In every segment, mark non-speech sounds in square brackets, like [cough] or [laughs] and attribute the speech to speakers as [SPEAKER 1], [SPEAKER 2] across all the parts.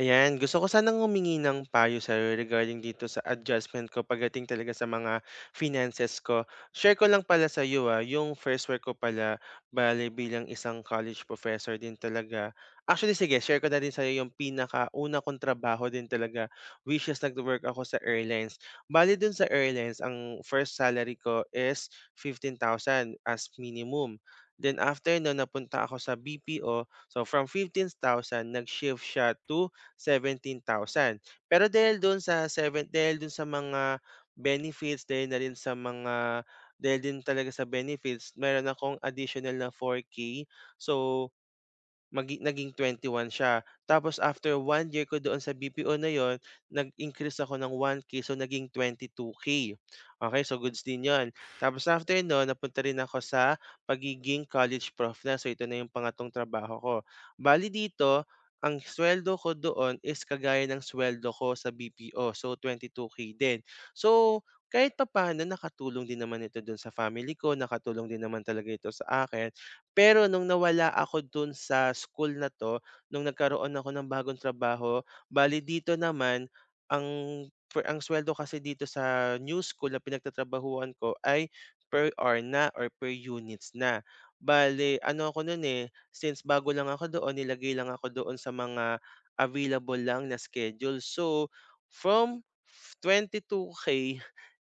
[SPEAKER 1] Ayan, gusto ko sanang humingi ng payo sa'yo regarding dito sa adjustment ko pagdating talaga sa mga finances ko. Share ko lang pala sa'yo yung first work ko pala, bale bilang isang college professor din talaga. Share ko na din sa'yo yung pinakauna kong trabaho din talaga, which is nag-work ako sa airlines. Bale dun sa airlines, ang first salary ko is 15,000 as minimum. Then after no, napunta ako sa BPO. So from 15,000 nag-shift siya to 17,000. Pero dahil do'n sa mga benefits, dahil na rin sa mga dahil din talaga sa benefits, meron akong additional na 4K. So, naging one siya. Tapos after 1 year ko doon sa BPO na yon, nag-increase ako ng 1K, so naging 2K. Okay, so goods din yun. Tapos after no napunta rin ako sa pagiging college prof na. So ito na yung pangatong trabaho ko. Bali dito, ang sweldo ko doon is kagaya ng sweldo ko sa BPO, so 22K din. So, kahit pa papaano nakatulong din naman ito doon sa family ko, nakatulong din naman talaga ito sa akin. Pero nung nawala ako dun sa school na 'to, nung nagkaroon ako ng bagong trabaho, bale dito naman ang ang sweldo kasi dito sa new school na pinagtatrabahuhan ko ay per hour na or per units na. Bale ano ako nun, since bago lang ako doon, nilagay lang ako doon sa mga available lang na schedule. So, from 22K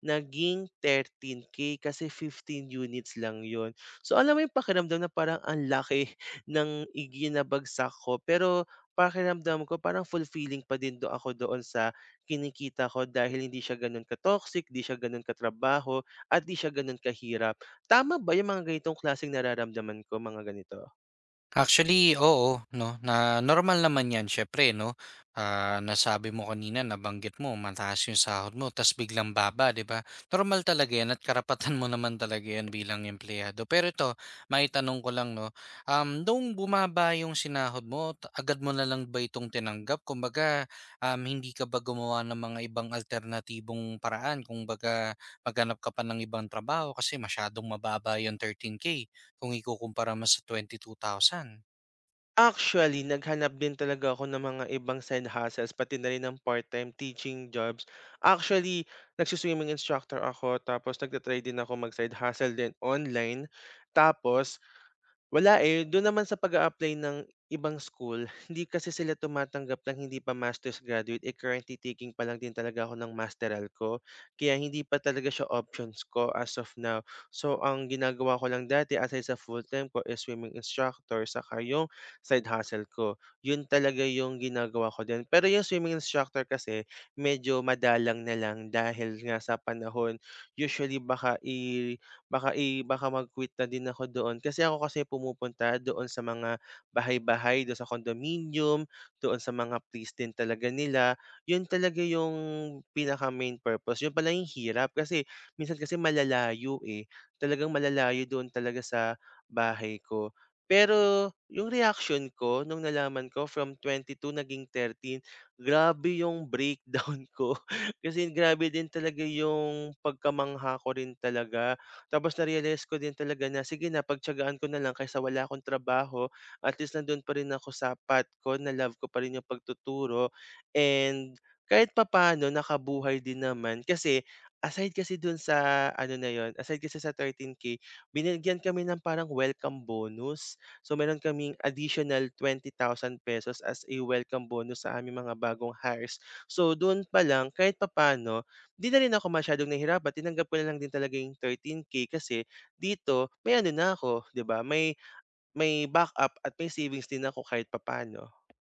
[SPEAKER 1] naging 13K kasi 15 units lang yun. So, alam mo yung pakiramdam na parang ang laki [laughs] ng iginabagsak ko, pero pakiramdam ko parang fulfilling pa din ako doon sa kinikita ko dahil hindi siya ganun ka-toxic, di siya ganun katrabaho, at di siya ganun kahirap. Tama ba yung mga ganitong klaseng nararamdaman ko, mga ganito?
[SPEAKER 2] Actually, oo, 'no, na normal naman 'yan syempre, 'no? Ah, nasabi mo kanina, nabanggit mo mataas yung sahod mo ta's biglang baba, 'di ba? Normal talaga 'yan at karapatan mo naman talaga 'yan bilang empleyado. Pero ito, may tanong ko lang, 'no, noong bumaba yung sinahod mo, ta agad mo na lang ba itong tinanggap? Kumbaga, hindi ka ba gumawa ng mga ibang alternatibong paraan? Kumbaga, maghanap ka pa ng ibang trabaho kasi masyadong mababa yung 13K kung ikukumpara mo sa 22,000.
[SPEAKER 1] Actually, naghanap din talaga ako ng mga ibang side hustles, pati na rin ng part-time teaching jobs. Actually, nagsuswimming instructor ako, tapos nagtatry din ako mag-side hustle din online. Tapos, do'n naman sa pag-a-apply ng ibang school, [laughs] hindi kasi sila tumatanggap ng hindi pa master's graduate, eh, currently taking pa lang din talaga ako ng masteral ko, kaya hindi pa talaga siya options ko as of now. So, ang ginagawa ko lang dati aside sa full-time ko is swimming instructor saka yung side hustle ko. 'Yun talaga yung ginagawa ko din. Pero yung swimming instructor kasi medyo madalang na lang dahil nga sa panahon usually baka, eh, baka mag-quit na din ako doon. Kasi ako kasi pumupunta doon sa mga bahay-bahay, doon sa condominium, doon sa mga place din talaga nila. Yun talaga yung pinaka-main purpose. Yun pala yung hirap kasi minsan kasi malalayo, eh. Talagang malalayo doon talaga sa bahay ko. Pero yung reaction ko nung nalaman ko from 22 naging 13, grabe yung breakdown [laughs] ko. Kasi grabe din talaga yung pagkamangha ko rin talaga. Tapos na-realize ko din talaga na, sige na pagtiyagaan ko na lang kaysa wala akong trabaho, at least nandun pa rin ako sa path ko na love ko pa rin yung pagtuturo and kahit papaano nakabuhay din naman. Kasi aside kasi dun sa ano na yun, aside kasi sa 13K, binigyan kami ng parang welcome bonus. So meron kaming additional ₱20,000 as a welcome bonus sa aming mga bagong hires. So doon pa lang kahit papaano, 'di na rin ako masyadong nahirapan, tinanggap ko na lang din talaga yung 13K kasi dito may ano na ako, 'di ba, may backup at may savings din ako kahit papaano.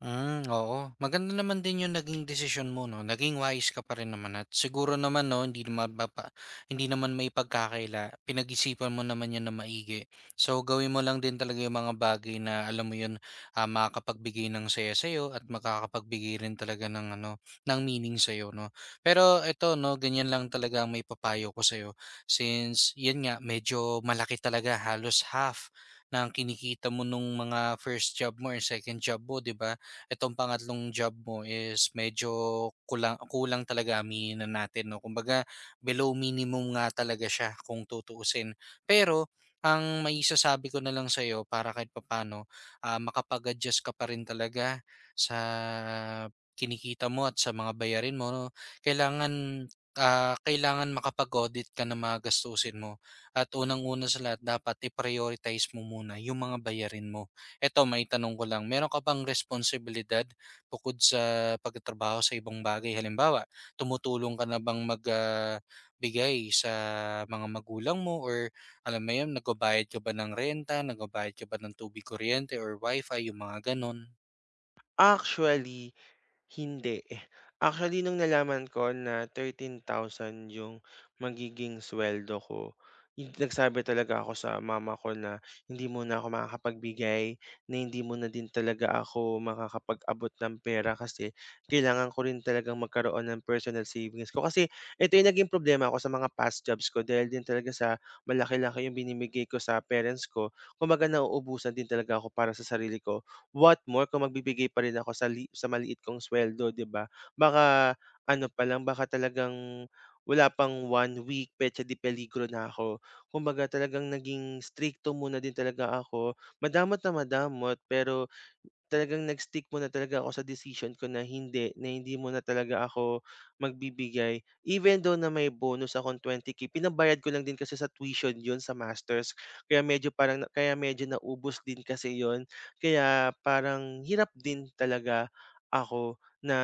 [SPEAKER 2] Hmm, oo. Maganda naman din yung naging desisyon mo 'no, naging wise ka pa rin naman at siguro naman 'no, hindi naman maipagkakaila, pinag-isipan mo naman 'yan nang maigi. So, gawin mo lang din talaga yung mga bagay na alam mo yun, makakapagbigay ng saya sa'yo at makakapagbigay rin talaga ng ano, ng meaning sa'yo 'no. Pero eto 'no, ganyan lang talaga ang may papayo ko sa'yo since yun nga, medyo malaki talaga halos half ng kinikita mo nung mga first job mo or second job mo, 'di ba? Itong pangatlong job mo is medyo kulang kulang talaga aminin na natin 'no. Kumbaga below minimum nga talaga siya kung tutuusin. Pero ang maisasabi ko na lang sa sa'yo para kahit papaano, makapag-adjust ka pa rin talaga sa kinikita mo at sa mga bayarin mo 'no, kailangan, kailangan makapag-audit ka ng mga gastusin mo at unang-una sa lahat dapat i-prioritize mo muna yung mga bayarin mo. Eto may maitanong ko lang, meron ka bang responsibilidad bukod sa pagtatrabaho sa ibang bagay? Halimbawa, tumutulong ka na bang magbigay sa mga magulang mo or alam mo yun, nagbabayad ka ba ng renta, nagbabayad ka ba ng tubig, kuryente or wifi, yung mga gano'n?
[SPEAKER 1] Actually Hindi. Actually, nung nalaman ko na 13,000 yung magiging sweldo ko, nagsabi talaga ako sa mama ko na, "Hindi mo na ako makakapagbigay, na hindi mo na din talaga ako makakapag-abot ng pera kasi kailangan ko rin talagang magkaroon ng personal savings ko." Kasi ito yung naging problema ko sa mga past jobs ko dahil din talaga sa malaki-laki yung binibigay ko sa parents ko, kumbaga nauubusan din talaga ako para sa sarili ko. What more kung magbibigay pa rin ako sa maliit kong suweldo, 'di ba? Baka ano pa lang, baka talagang wala pang 1 week, petsa di peligro na ako. Kumbaga talagang naging strikto muna din talaga ako, madamot na madamot, pero talagang nag-stick muna talaga ako sa decision ko na hindi muna talaga ako magbibigay. Even though na may bonus akong 20K, pinabayad ko lang din kasi sa tuition 'yun sa masters. Kaya medyo parang kaya medyo naubos din kasi 'yun. Kaya parang hirap din talaga ako na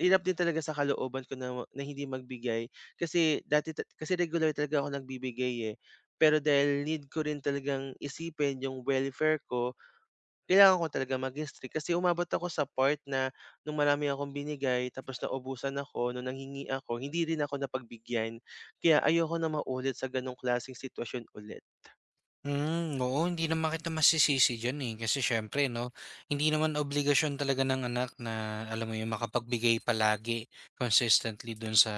[SPEAKER 1] hirap din talaga sa kalooban ko na na hindi magbigay. Kasi dati kasi regular talaga ako nagbibigay, eh. Pero dahil need ko rin talagang isipin yung welfare ko, kailangan ko talaga maging strict kasi umabot ako sa part na nung marami akong binigay tapos naubusan ako, nung nanghingi ako, hindi rin ako napagbigyan. Kaya ayoko na maulit sa ganong klaseng sitwasyon ulit.
[SPEAKER 2] Hmm, oo, hindi naman kita masisisi diyan, eh, kasi siyempre 'no, hindi naman obligasyon talaga ng anak na alam mo 'yun, makapagbigay palagi consistently do'n sa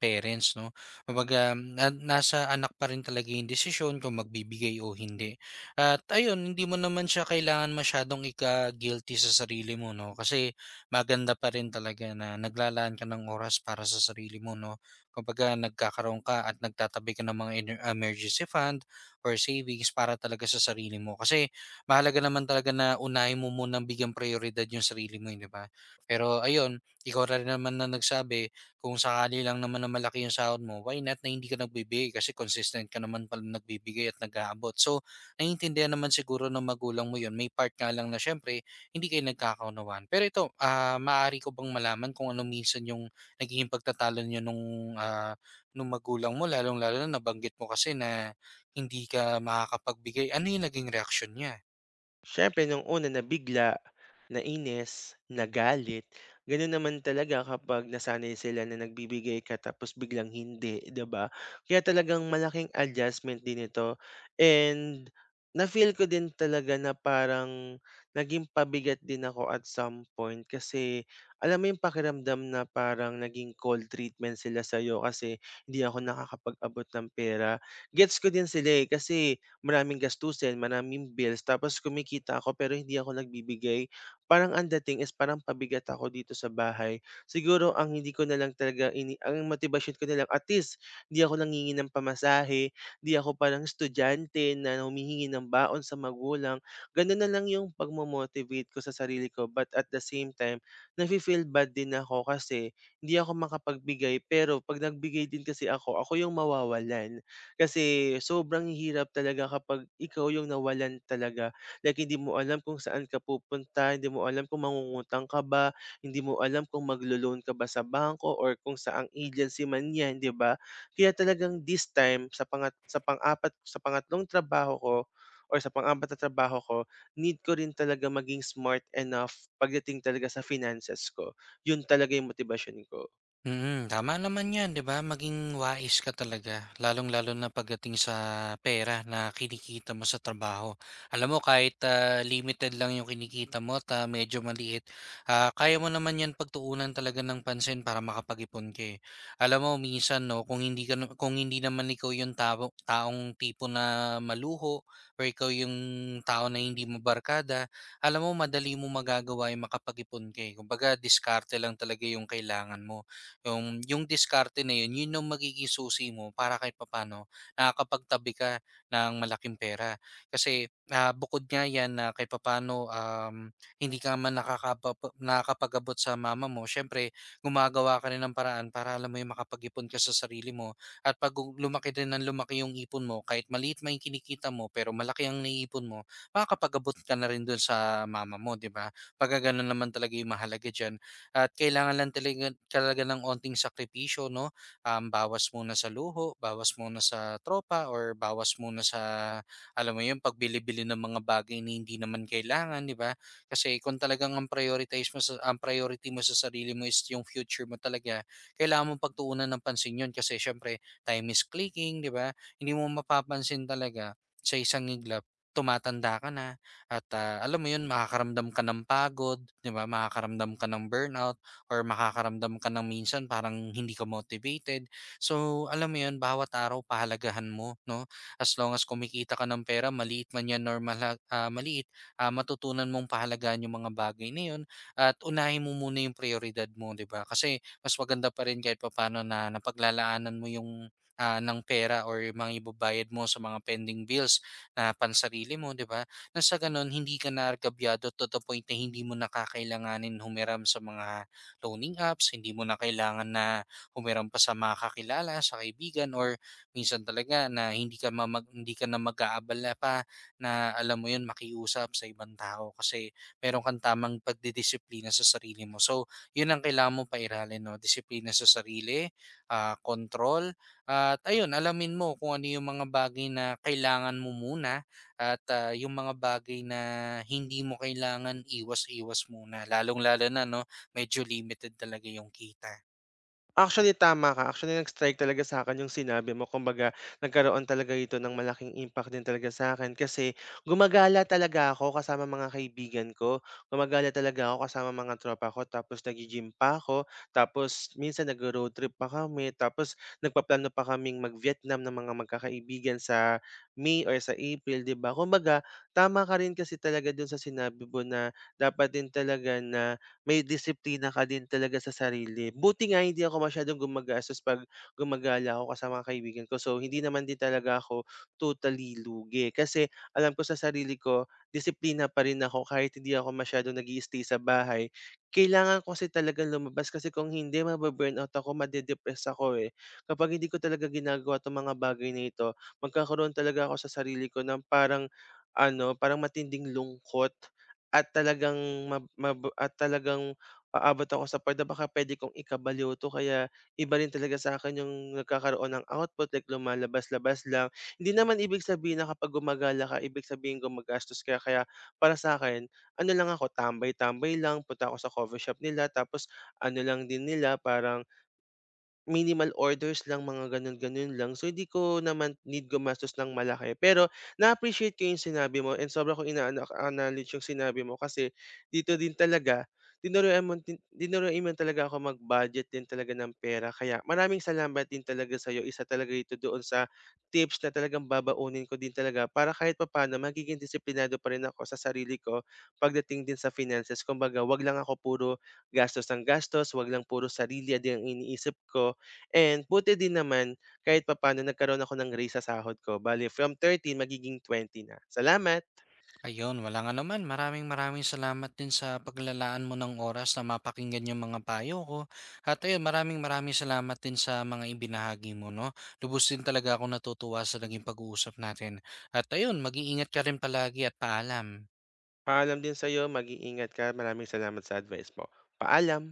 [SPEAKER 2] parents 'no. Kumbaga na nasa anak pa rin talaga 'yung desisyon kung magbibigay o hindi. At ayun, hindi mo naman siya kailangan masyadong ika-guilty sa sarili mo 'no, kasi maganda pa rin talaga na naglalaan ka ng oras para sa sarili mo 'no. Kumbaga nagkakaroon ka at nagtatabi ka ng mga emergency fund or savings para talaga sa sarili mo. Kasi mahalaga naman talaga na unahin mo munang bigyan prioridad yung sarili mo, eh, 'di ba? Pero ayun, ikaw na rin naman na nagsabi, kung sakali lang naman na malaki yung sahod mo, why not na hindi ka nagbibigay? Kasi consistent ka naman pala nagbibigay at nag-aabot. So, naiintindihan naman siguro ng magulang mo yun. May part nga lang na syempre, hindi kayo nagkakaunawan. Pero ito, ah maaari ko bang malaman kung ano minsan yung naging pagtatalo nyo nung, ah, nung magulang mo, lalong-lalo na nabanggit mo kasi na hindi ka makakapagbigay, ano yung naging reaksyon niya?
[SPEAKER 1] Siyempre nung una nabigla, nainis, nagalit, gano'n naman talaga kapag nasanay sila na nagbibigay ka tapos biglang hindi, 'di ba? Kaya talagang malaking adjustment din ito and na-feel ko din talaga na parang naging pabigat din ako at some point kasi alam mo yung pakiramdam na parang naging cold treatment sila sa'yo kasi hindi ako nakakapag-abot ng pera. Gets ko din sila, eh, kasi maraming gastusin, maraming bills tapos kumikita ako pero hindi ako nagbibigay. Parang ang dating is parang pabigat ako dito sa bahay. Siguro ang hindi ko na lang talaga ang motibasyon ko na lang, at least hindi ako nangingi ng pamasahe, hindi ako parang estudyante na humihingi ng baon sa magulang. Ganun na lang yung ko sa sarili ko, but at the same time, nafe-feel bad din ako kasi hindi ako makapagbigay pero 'pag nagbigay din kasi ako, ako yung mawawalan. Kasi sobrang hirap talaga kapag ikaw yung nawalan talaga. Like hindi mo alam kung saan ka pupunta, hindi mo alam kung mangungutang ka ba, hindi mo alam kung maglo-loan ka ba sa bangko or kung saang agency man 'yan, 'di ba? Kaya talagang this time sa pangatlong trabaho ko or sa pang-apat na trabaho ko, need ko rin talaga maging smart enough pagdating talaga sa finances ko. Yun talaga yung motivation ko.
[SPEAKER 2] Mm, tama naman 'yan, 'di ba? Maging wais ka talaga, lalong-lalo na pagdating sa pera na kinikita mo sa trabaho. Alam mo kahit, ah, limited lang 'yung kinikita mo at, ah, medyo maliit, ah, kaya mo naman 'yan pagtuunan talaga ng pansin para makapag-ipon ka, eh. Alam mo minsan 'no, kung hindi naman ikaw 'yung taong tipo na maluho or ikaw 'yung tao na hindi mabarkada alam mo madali mo magagawa 'yung makapag-ipon ka, eh. Kumbaga diskarte lang talaga 'yung kailangan mo. Yung diskarte na yun, yun ang magiging susi mo para kahit papaano nakakapagtabi ka ng malaking pera. Kasi, ah, bukod nga yan na kahit papaano, hindi ka man nakakapapa nakakapag-abot sa mama mo, siyempre gumagawa ka rin ng paraan para alam mo yung makapag-ipon ka sa sarili mo at lumaki din ng lumaki yung ipon mo, kahit maliit man yung kinikita mo pero malaki ang naiipon mo, makakapag-abot ka na rin dun sa mama mo, 'di ba? Pagka ganun naman talaga yung mahalaga diyan at kailangan lang talaga talaga ng onting sakripisyo 'no, bawas muna sa luho, bawas muna sa tropa or bawas muna sa alam mo 'yun, pagbili-bili ng mga bagay na hindi naman kailangan, 'di ba? Kasi kung talagang ang priority mo sa sarili mo is yung future mo talaga, kailangan mo pagtuunan ng pansin 'yun kasi siyempre time is clicking, 'di ba? Hindi mo mapapansin talaga sa isang iglap tumatanda ka na. At, ah, alam mo 'yun makakaramdam ka ng pagod, 'di ba, makakaramdam ka ng burnout or makakaramdam ka ng minsan parang hindi ka motivated. So, alam mo 'yun bawat araw pahalagahan mo 'no, as long as kumikita ka ng pera maliit man 'yan or maliit, ah, matutunan mong pahalagahan 'yung mga bagay na 'yun at unahin mo muna 'yung prioridad mo, 'di ba? Kasi mas maganda pa rin kahit papaano na napaglalaanan mo 'yung, ah, ng pera or yung mga ibabayad mo sa mga pending bills na pansarili mo, 'di ba? Na sa gano'n hindi ka na gabyado to the point na hindi mo nakakailanganin kakailanganin humiram sa mga loaning apps, hindi mo na kailangan na humiram pa sa mga kakilala, sa kaibigan or minsan talaga na hindi ka na mag-aabala pa na alam mo 'yun makiusap sa ibang tao kasi meron kang tamang pagdidisiplina sa sarili mo. So, 'yun ang kailangan mo pairalin 'no, disiplina sa sarili, ah, kontrol at ayun alamin mo kung ano yung mga bagay na kailangan mo muna at, ah, yung mga bagay na hindi mo kailangan iwas-iwas muna, lalong-lalo na 'no, medyo limited talaga yung kita.
[SPEAKER 1] Actually, tama ka. Actually, nag-strike talaga sa akin yung sinabi mo. Kumbaga, nagkaroon talaga ito ng malaking impact din talaga sa akin kasi gumagala talaga ako kasama mga kaibigan ko. Gumagala talaga ako kasama mga tropa ko tapos naggi-gym pa ako, tapos minsan nagro-road trip pa kami, tapos nagpaplano pa kaming mag-Vietnam ng mga magkakaibigan sa May or sa April, 'di ba? Kumbaga, tama ka rin kasi talaga dun sa sinabi mo na dapat din talaga na may disiplina ka din talaga sa sarili. Buti nga hindi ako masyadong gumagastos 'pag gumagala ako kasama mga kaibigan ko. So, hindi naman din talaga ako totally lugi kasi alam ko sa sarili ko, disiplina pa rin ako kahit hindi ako masyadong nag stay sa bahay. Kailangan ko kasi talagang lumabas kasi kung hindi mabu-burnout ako, made-depress ako, eh. Kapag hindi ko talaga ginagawa 'tong mga bagay na ito, magkakaroon talaga ako sa sarili ko ng parang parang matinding lungkot. At talagang mab mab at talagang aabot ako sa part na baka puwede kong ikabaliw 'to kaya iba rin talaga sa akin yung nagkakaroon ng output like lumalabas-labas lang. Hindi naman ibig sabihin na kapag gumagala ka, ibig sabihin gumagastos ka kaya para sa akin ano lang ako, tambay-tambay lang, punta ako sa coffee shop nila tapos ano lang din nila parang minimal orders lang mga gano'n, gano'n lang. So hindi ko naman need gumastos ng malaki. Pero na-appreciate ko 'yung sinabi mo and sobra kong acknowledge 'yung sinabi mo kasi dito din talaga tinuruan mo talaga ako mag-budget din talaga ng pera kaya maraming salamat din talaga sa'yo. Isa talaga ito doon sa tips na talagang babaunin ko din talaga para kahit papaano magiging disiplinado pa rin ako sa sarili ko pagdating din sa finances. Kumbaga 'wag lang ako puro gastos ng gastos, 'wag lang puro sarili din ang iniisip ko. And buti din naman kahit papaano nagkaroon ako ng raise sa sahod ko. Bale from 13 magiging 20 na. Salamat.
[SPEAKER 2] Ayun, walang anuman. Maraming-maraming salamat din sa paglalaan mo ng oras na mapakinggan yung mga payo ko at ayun, maraming-maraming salamat din sa mga ibinahagi mo 'no. Lubos din talaga akong natutuwa sa naging pag-uusap natin at ayun, mag-iingat ka rin palagi at paalam.
[SPEAKER 1] Paalam din sa'yo, mag-iingat ka. Maraming salamat sa advice mo. Paalam.